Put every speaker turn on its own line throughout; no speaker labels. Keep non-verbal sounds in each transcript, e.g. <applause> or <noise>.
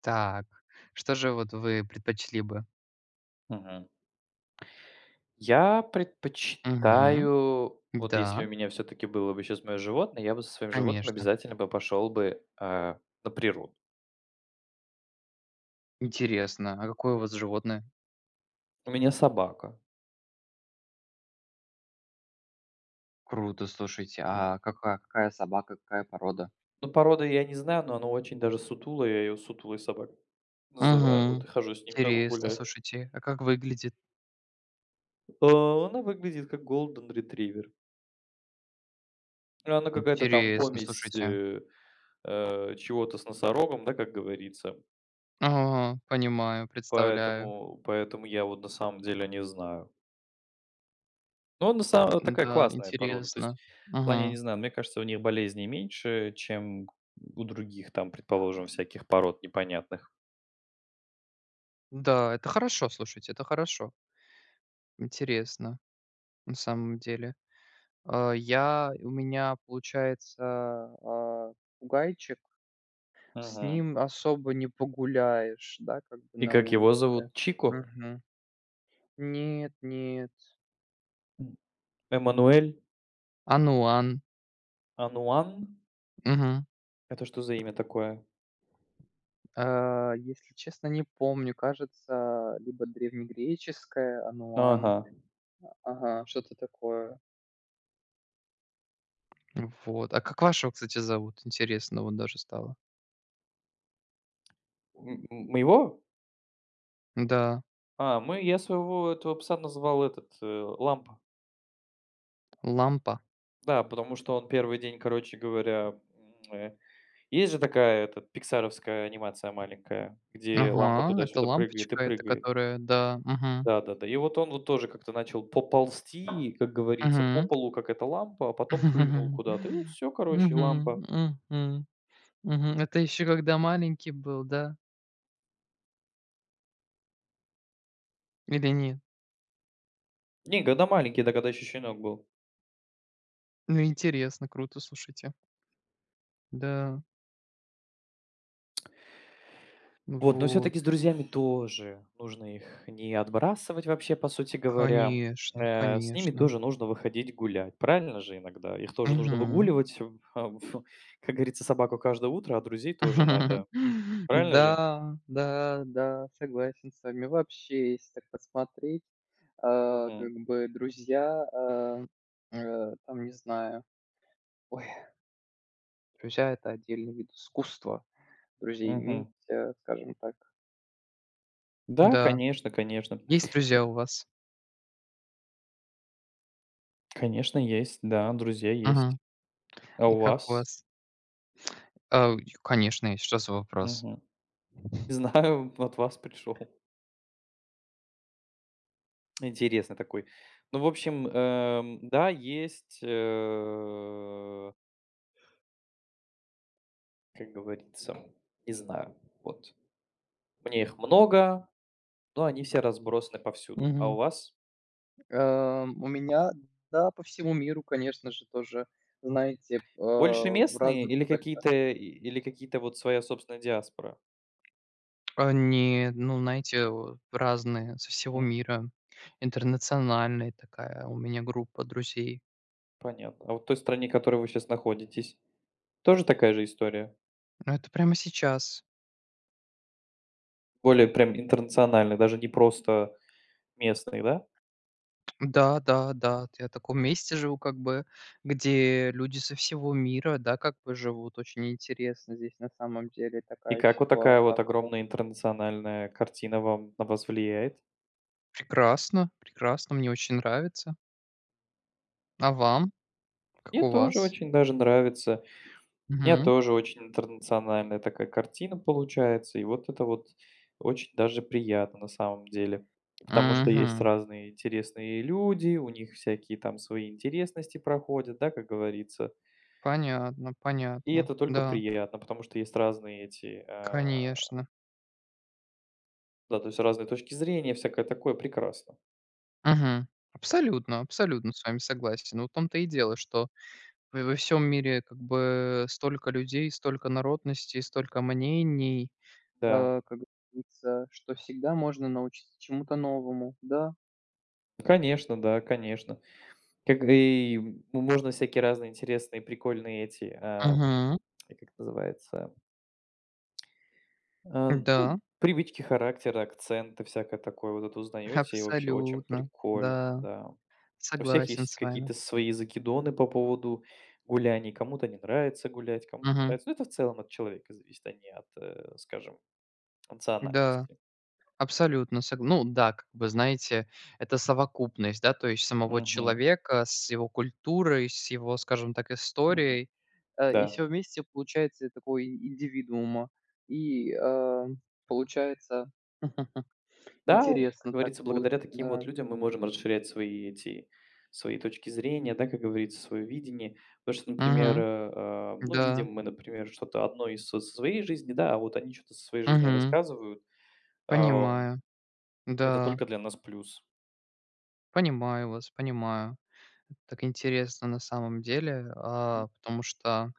Так, что же вот вы предпочли бы?
Мгм. Я
Мгм.
предпочитаю, вот если
Да,
у меня все-таки было бы сейчас мое животное, я бы со своим животным
конечно.
обязательно бы пошел бы на природу.
Интересно, а какое у вас животное?
У меня собака.
Круто, слушайте.
М.
А какая собака, какая порода?
Ну, порода я не знаю, но она очень даже сутулая, я ее сутулой собакой называю. Вот и
Мгм.
хожу с ним как бы
Интересно,
гулять.
слушайте. А как выглядит?
Э, Она выглядит как Golden Retriever. Ну, она какая-то там
Интересно,
помесь
слушайте.
чего-то с носорогом, да, как говорится.
Ага, понимаю, представляю.
Поэтому я вот на самом деле не знаю. Ну, он на самом, такая
Да,
классная порода. То есть
интересно.
в плане, я не
Мгм.
знаю, мне кажется, у них болезней меньше, чем у других там, предположим, всяких пород непонятных.
Да, это хорошо, слушайте, это хорошо. Интересно, на самом деле. Я у меня, получается, а, попугайчик. С
Мгм.
ним особо не погуляешь, да, как бы
И
на
как
улице.
его зовут? Чико?
Мгм. Нет, нет.
М, Эммануэль?
"Ануан".
Ануан?
Мгм.
Это что за имя такое?
Если честно, не помню. Кажется, либо древнегреческое "Ануан".
Ага.
Ага, что-то такое. Вот. А как вашего, кстати, зовут? Интересно вот даже стало.
Моего?
Да,
А, мы я своего этого пса назвал этот, Лампа.
"Лампа".
Да, потому что он первый день, короче говоря, м, э, есть же такая, этот, пиксаровская анимация маленькая, где лампа
Ага, это
туда-сюда прыгает и
лампочка, это
прыгает.
которая, да. Мгм.
Да-да-да. И вот он вот тоже как-то начал поползти, как говорится, по
Мгм.
полу, как эта лампа, а потом прыгнул
<laughs>
куда-то. И вот все, короче, лампа.
Мгм. Мгм. Мгм. Это еще когда маленький был, да? Или нет?
Не, когда маленький, да, когда еще щенок был.
Ну, интересно, круто, слушайте. Да,
Вот, но
вот.
все-таки с друзьями тоже нужно их не отбрасывать вообще, по сути говоря.
Конечно,
С ними
конечно.
тоже нужно выходить гулять. Правильно же иногда? Их тоже нужно
Мгм.
выгуливать, <laughs> а, в как говорится, собаку каждое утро, а друзей тоже надо.
<laughs>
Правильно
Да,
же?
да, да, согласен с вами. Вообще, если так посмотреть, как
Мгм.
бы друзья, там, не знаю, ой, друзья- это отдельный вид искусства. Друзей иметь,
Мгм.
скажем так.
Да,
Да.
конечно, конечно.
Есть друзья у вас?
Конечно, есть. Да, друзья есть.
Мгм.
А
И
у
как у
вас?
вас? А, й конечно, и что за вопрос?
Мгм. Не знаю, <laughs> от вас пришел. Интересный такой. Ну, в общем, да, есть, как говорится, не знаю. Вот. Мне их много, но они все разбросаны повсюду. А у
Мгм.
вас?
У меня, да, по всему миру, конечно же, тоже, знаете,
Больше
в
местные
разных
или
уголках.
какие-то или какие-то вот своя собственная диаспора?
Не, ну, знаете, разные, со всего
М,
мира. Интернациональная такая у меня группа друзей.
понятно. А вот в той стране, в которой вы сейчас находитесь, тоже такая же история?
Ну, это прямо сейчас.
Более прям интернациональная, даже не просто местные, да?
Да, да, да. Т я в таком месте живу, как бы, где люди со всего мира, да, как бы живут. Очень интересно здесь на самом деле
И
такая
как вот такая
ситуация.
вот огромная интернациональная картина вам на вас влияет?
Прекрасно, прекрасно, мне очень нравится. А вам? Как
Мне
у
тоже
вас?
очень даже нравится. У меня
Угу,
тоже очень интернациональная такая картина получается. И вот это вот очень даже приятно на самом деле. Потому что есть
угу.
разные интересные люди, у них всякие там свои интересности проходят, да, как говорится.
Понятно,
И
понятно.
это только
Да,
приятно, потому что есть разные эти,
конечно.
да, то есть разные точки зрения, всякое такое прекрасно.
Мгм. Абсолютно, абсолютно с вами согласен. Вот в том-то и дело, что в во всем мире, как бы, столько людей, столько народностей, столько мнений.
Да,
Как говорится, что всегда можно научиться чему-то новому, да.
конечно, да, конечно. Как и м ну, можно всякие разные интересные, прикольные эти,
Мгм.
как это называется, ну,
Да,
привычки характера, акценты, всякое такое вот это
<laughs>
узнаете, и вообще очень
абсолютно.
прикольно,
Да,
да. У всех
согласен
есть
с вами.
какие-то свои закидоны по поводу гуляний. Кому-то не нравится гулять, кому-то
Мгм.
нравится. Ну, это в целом от человека зависит, а не от, скажем,
Да,
национальности.
абсолютно. Сог Ну да, как бы, знаете, это совокупность, да, то есть самого
Мгм,
человека с его культурой, с его, скажем так,
мгм.
историей, и
Да.
все вместе получается такой индивидуума. И получается <laughs>
Да, вот, как
интересно так
говорится,
будет,
благодаря таким вот
да.
людям мы можем расширять свои эти свои точки зрения, да, как говорится, свое видение. Потому что, например,
Мгм.
э, а, ну,
Да.
видим мы, например, что-то одно из со своей жизни, да, а вот они что-то со своей жизни
Мгм.
рассказывают. Ам,
Понимаю.
это
Да,
только для нас плюс.
понимаю вас, понимаю. Так интересно на самом деле,
М,
потому что,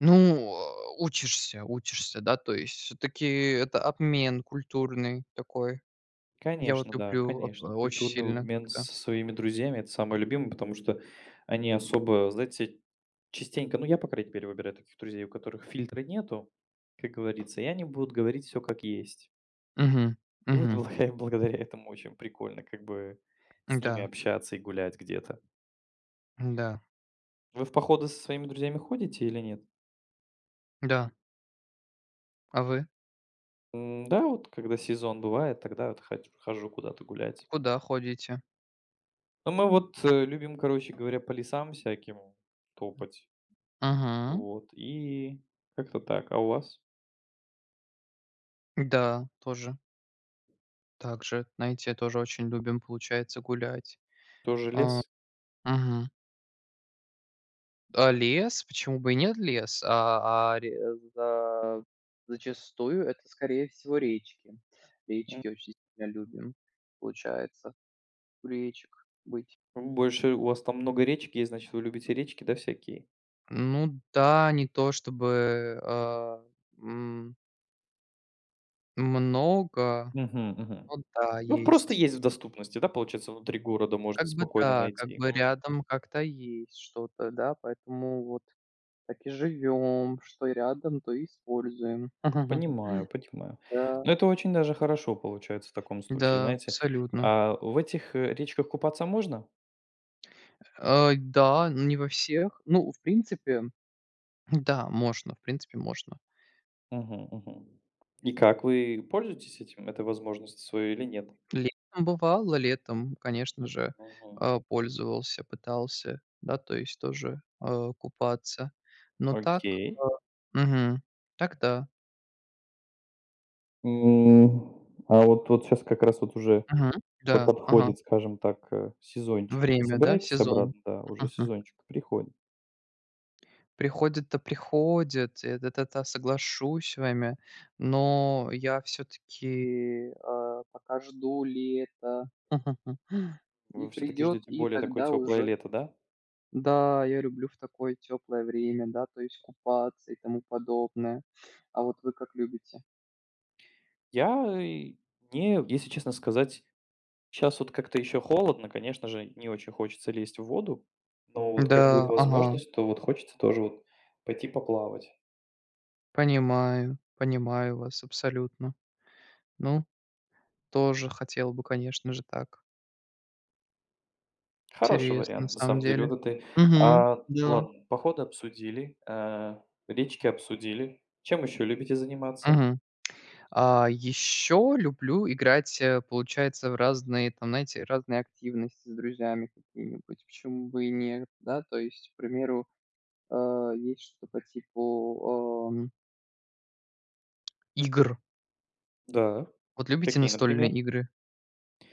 ну, учишься, учишься, да, то есть все-таки это обмен культурный такой. Я вот
конечно, да,
люблю
конечно.
очень
Культурный
сильно
обмен
как-то.
со своими друзьями — это самое любимое, потому что они особо, знаете, частенько, ну, я, по крайней мере, выбираю таких друзей, у которых фильтра нету, как говорится, и они будут говорить все как есть.
Угу,
И вот
угу,
благодаря этому очень прикольно как бы с ними
Да,
общаться и гулять где-то.
да,
Вы в походы со своими друзьями ходите или нет?
да. А вы
М, да, вот когда сезон бывает, тогда вот хать хожу куда-то гулять.
куда ходите?
Но мы вот, любим, короче говоря, по лесам всяким топать.
Угу.
Вот, и как-то так. А у вас?
Да, тоже. Также, знаете, тоже очень любим, получается, гулять.
Тоже лес?
Угу. Лес, почему бы и нет лес? А, ре за Зачастую это, скорее всего, речки.
М,
Речки очень сильно любим, получается, у речек быть.
больше у вас там много речек есть, значит, вы любите речки, да, всякие?
Ну да, не то чтобы, м, много,
Мгм, мгм.
но да,
Ну, просто
есть.
есть в доступности, да, получается, внутри города можно
Как бы
спокойно
да, как
найти.
бы рядом как-то есть что-то, да, поэтому вот так и живем, что рядом, то и используем.
Понимаю,
<laughs>
понимаю.
Да,
Но это очень даже хорошо получается в таком случае,
да,
знаете.
абсолютно.
А в этих, речках купаться можно?
Да, не во всех. Ну, в принципе, да, можно, в принципе, можно.
Мгм, мгм. И как, вы пользуетесь этим, этой возможностью своей или нет?
Летом бывало, летом, конечно же,
Мгм.
пользовался, пытался, да, то есть тоже, купаться. Но так,
Окей.
э, мгм, так да.
М, а вот вот сейчас как раз вот уже
Мгм, да,
по
ага.
подходит, скажем так, сезончик. Не
Время, да,
собираетесь
сезон.
обратно? Да, уже
Мгм.
сезончик приходит.
Приходит-то приходит, это-то соглашусь с вами, но я все таки пока жду ли <laughs> и
Вы все таки
придет,
ждете
и
более такое
тогда
тёплое
уже.
лето, да?
Да, я люблю в такое теплое время, да, то есть купаться и тому подобное. А вот вы как любите?
Я, не, если честно сказать, сейчас вот как-то еще холодно, конечно же, не очень хочется лезть в воду, но вот как будет
Да, ага,
возможность, то вот хочется тоже вот пойти поплавать.
понимаю, понимаю вас абсолютно. Ну, тоже хотел бы, конечно же, так.
Хороший
Интересно на
вариант, на
самом
самом деле.
деле.
Вот это
Угу, Да.
ладно, походы обсудили, речки обсудили. Чем еще любите заниматься?
Мгм. Еще люблю играть, получается, в разные, там, знаете, разные активности с друзьями какие-нибудь. Почему бы и нет, да? То есть, к примеру, э, есть что-то по типу игр.
Да.
Вот любите
Какие, например?
настольные игры?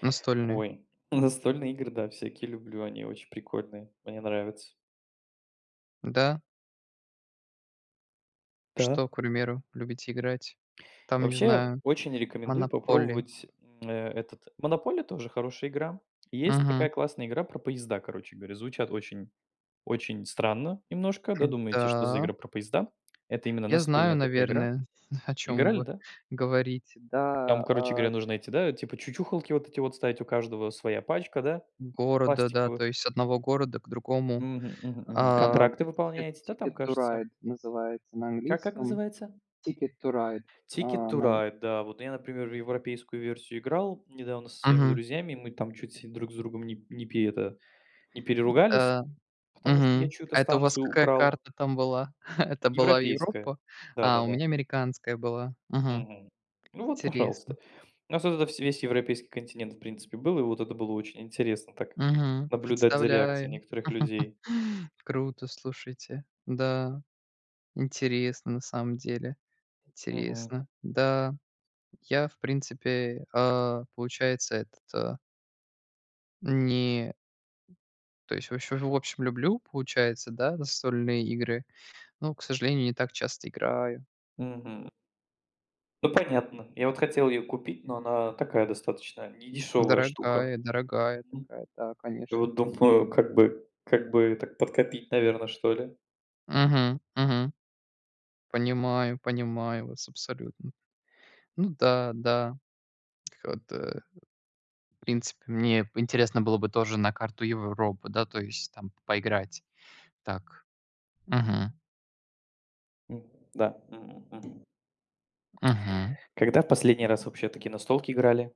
Настольные,
Ой, <laughs> настольные игры, да, всякие люблю, они очень прикольные, мне нравятся.
да?
Да.
Что, к примеру, любите играть? Там, не
Вообще,
знаю,
очень рекомендую
Monopoly.
попробовать, этот "Монополия" тоже хорошая игра. Есть такая
Мгм.
классная игра про поезда, короче говоря. Звучат очень странно немножко, да, думаете, что за
Да.
игра про поезда? Это именно
Я знаю,
настольная такая игра.
наверное, <laughs> о чем
Играли,
вы
да?
говорите.
Там,
Да,
короче говоря, нужно эти, да, типа чучухалки вот эти вот ставить, у каждого своя пачка, да,
города, да,
пластиковых.
то есть с одного города к другому.
Мгм, мгм, мгм.
А,
Контракты
Ticket
выполняете, да, там,
Ticket to
кажется?
Ride называется на
Как
английском.
называется?
Ticket to Ride,
Ticket
а,
to
на
Ride, да. Вот я, например, в европейскую версию играл недавно со своими
Мгм.
друзьями, и мы там чуть се друг с другом не не пе это, не переругались,
Э,
потому что я чью-то
А это у вас
станцию
какая
украл.
карта там была? <laughs> Это была
Европейская.
Европа? У
Да-да-да.
меня американская была. Мгм.
Мгм. Ну вот, пожалуйста.
Интересно.
У нас вот это вс весь европейский континент, в принципе, был, и вот это было очень интересно так
Мгм.
наблюдать за реакцией
Представляю.
некоторых
<laughs>
людей.
Круто, слушайте. Да, интересно на самом деле.
Мгм.
Интересно. Да, я, в принципе, получается, этот, а, не То есть, в общем, люблю, получается, да, настольные игры, но, к сожалению, не так часто играю.
Мгм. Ну, понятно. Я вот хотел ее купить, но она такая достаточно недешёвая штука.
Дорогая, дорогая такая, да,
И
конечно.
вот думаю, как бы так подкопить, наверное, что ли.
Мгм, мгм. Понимаю, понимаю вас абсолютно. Ну да, да. Вот, в принципе, мне интересно было бы тоже на карту Европы, да, то есть там поиграть. Так. Мгм,
М, да. Мгм, мгм.
мгм.
Когда в последний раз вообще такие на настолки играли?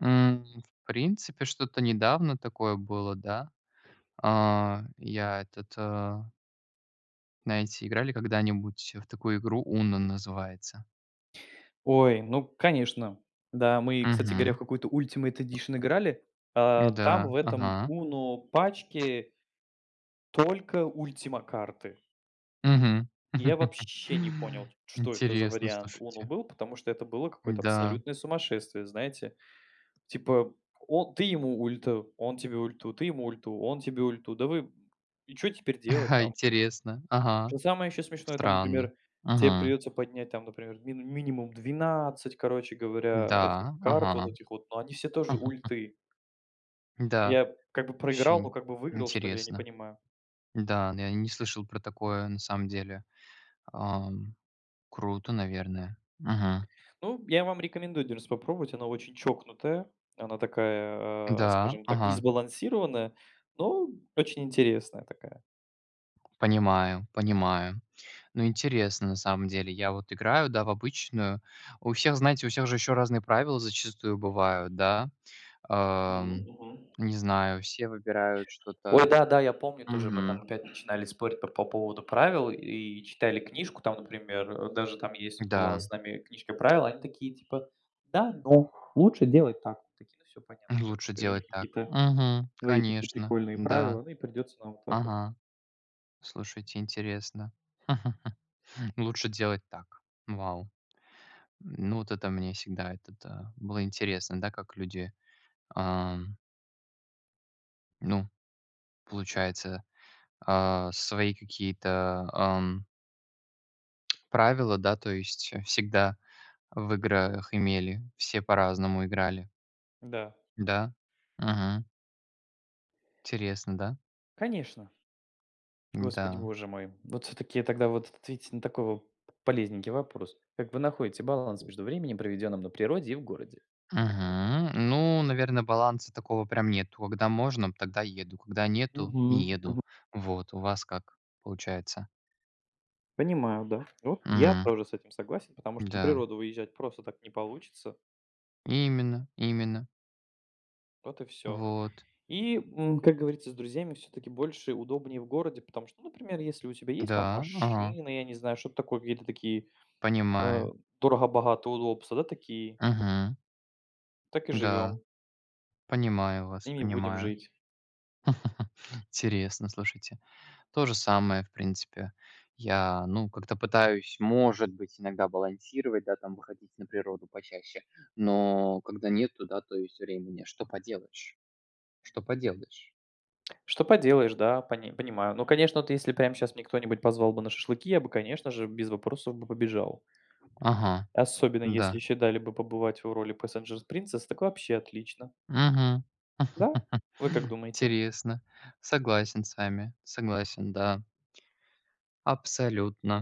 В принципе, что-то недавно такое было, да. Я этот, Знаете, играли когда-нибудь в такую игру Uno называется?
Ой, ну, конечно. Да, мы, кстати говоря, в
Мгм.
какую-то Ultimate Edition играли. А, там
Да.
в этом
Ага.
Uno пачке только Ultima карты.
Мгм.
Я
<laughs>
вообще не понял, что это за
Интересно,
вариант Uno
слушайте.
был, потому что это было какое-то
Да.
абсолютное сумасшествие, знаете. Типа, он ты ему ульту, он тебе ульту, ты ему ульту, он тебе ульту. Да вы и чё теперь делать
<laughs>
там?
Интересно. Ага.
Что самое еще смешное, там,
Странно.
например, тебе
Мгм.
придется поднять там, например, мин минимум 12 короче говоря, этих
Да.
карт вот
Ага.
этих вот, но они все тоже
<laughs>
ульты.
Да.
Я как бы
Вообще
проиграл, но
ин
как бы выиграл, что ли, я не
интересно.
понимаю.
Да, я не слышал про такое на самом деле. Ам, Круто, наверное. Мгм.
Ну, я вам рекомендую 1 раз попробовать, она очень чокнутая, она такая,
Да.
скажем так,
Ага.
несбалансированная, но очень интересная такая.
Понимаю, понимаю. Ну, интересно, на самом деле. Я вот играю, да, в обычную. У всех, знаете, у всех же еще разные правила зачастую бывают, да.
Мгм,
Ам,
мгм.
Не знаю, все выбирают
Ой,
что-то.
да-да, я помню тоже, мы там
Мгм.
опять начинали спорить по поводу правил и читали книжку. Там, например, даже там есть вот была
Да,
с нами книжка правил, они такие типа: "Да, но лучше делать так". Такие: "Ну, все понятно".
<laughs>
Короче
лучше
говоря, у них
делать так.
какие-то
Мгм.
свои такие
Конечно.
прикольные
Да.
правила, ну и придется нам вот так вот.
Ага. Слушайте, интересно. <laughs> Лучше делать так. Вау. Ну, вот это мне всегда это да, было интересно, да, как люди, ам, ну, получается, свои какие-то, ам Правила, да, то есть, всегда в играх имели, все по-разному играли,
Да,
да? Мгм. Интересно, да?
конечно. Господи,
Да.
боже мой. Вот все таки тогда вот ответить на такой вот полезненький вопрос. Как вы находите баланс между временем, проведенным на природе, и в городе?
Мгм. Ну, наверное, баланса такого прям нету. Когда можно, тогда еду, когда нету-
Мгм,
не еду.
мгм.
Вот, у вас как получается?
Понимаю, да. Вот я
Мгм.
тоже с этим согласен, потому что на
Да.
природу выезжать просто так не получится.
Именно, именно.
Вот и все.
Вот.
И как говорится, с друзьями все-таки больше удобнее в городе, потому что, ну, например, если у тебя есть там
Да. Ага.
машина, я не знаю, что-то такое, какие-то такие э,
Понимаю.
дорого богатые удобства, да, такие,
Мгм.
так и
Да.
живем,
Понимаю вас,
ими будем
понимаю.
жить.
<laughs> Интересно, слушайте. То же самое, в принципе. Я, ну, как-то пытаюсь, может быть, иногда балансировать, да, там выходить на природу почаще, но когда нету, да, то есть времени, что поделаешь? Что поделаешь?
Что поделаешь, да, понимаю. Ну, конечно, вот если прямо сейчас мне кто-нибудь позвал бы на шашлыки, я бы, конечно же, без вопросов бы побежал.
Ага,
Особенно
да.
если еще дали бы побывать в роли Passenger Princess, так вообще отлично.
Мгм.
Да?
<laughs>
Вы как думаете?
Интересно. Согласен с вами. Согласен, да. Абсолютно.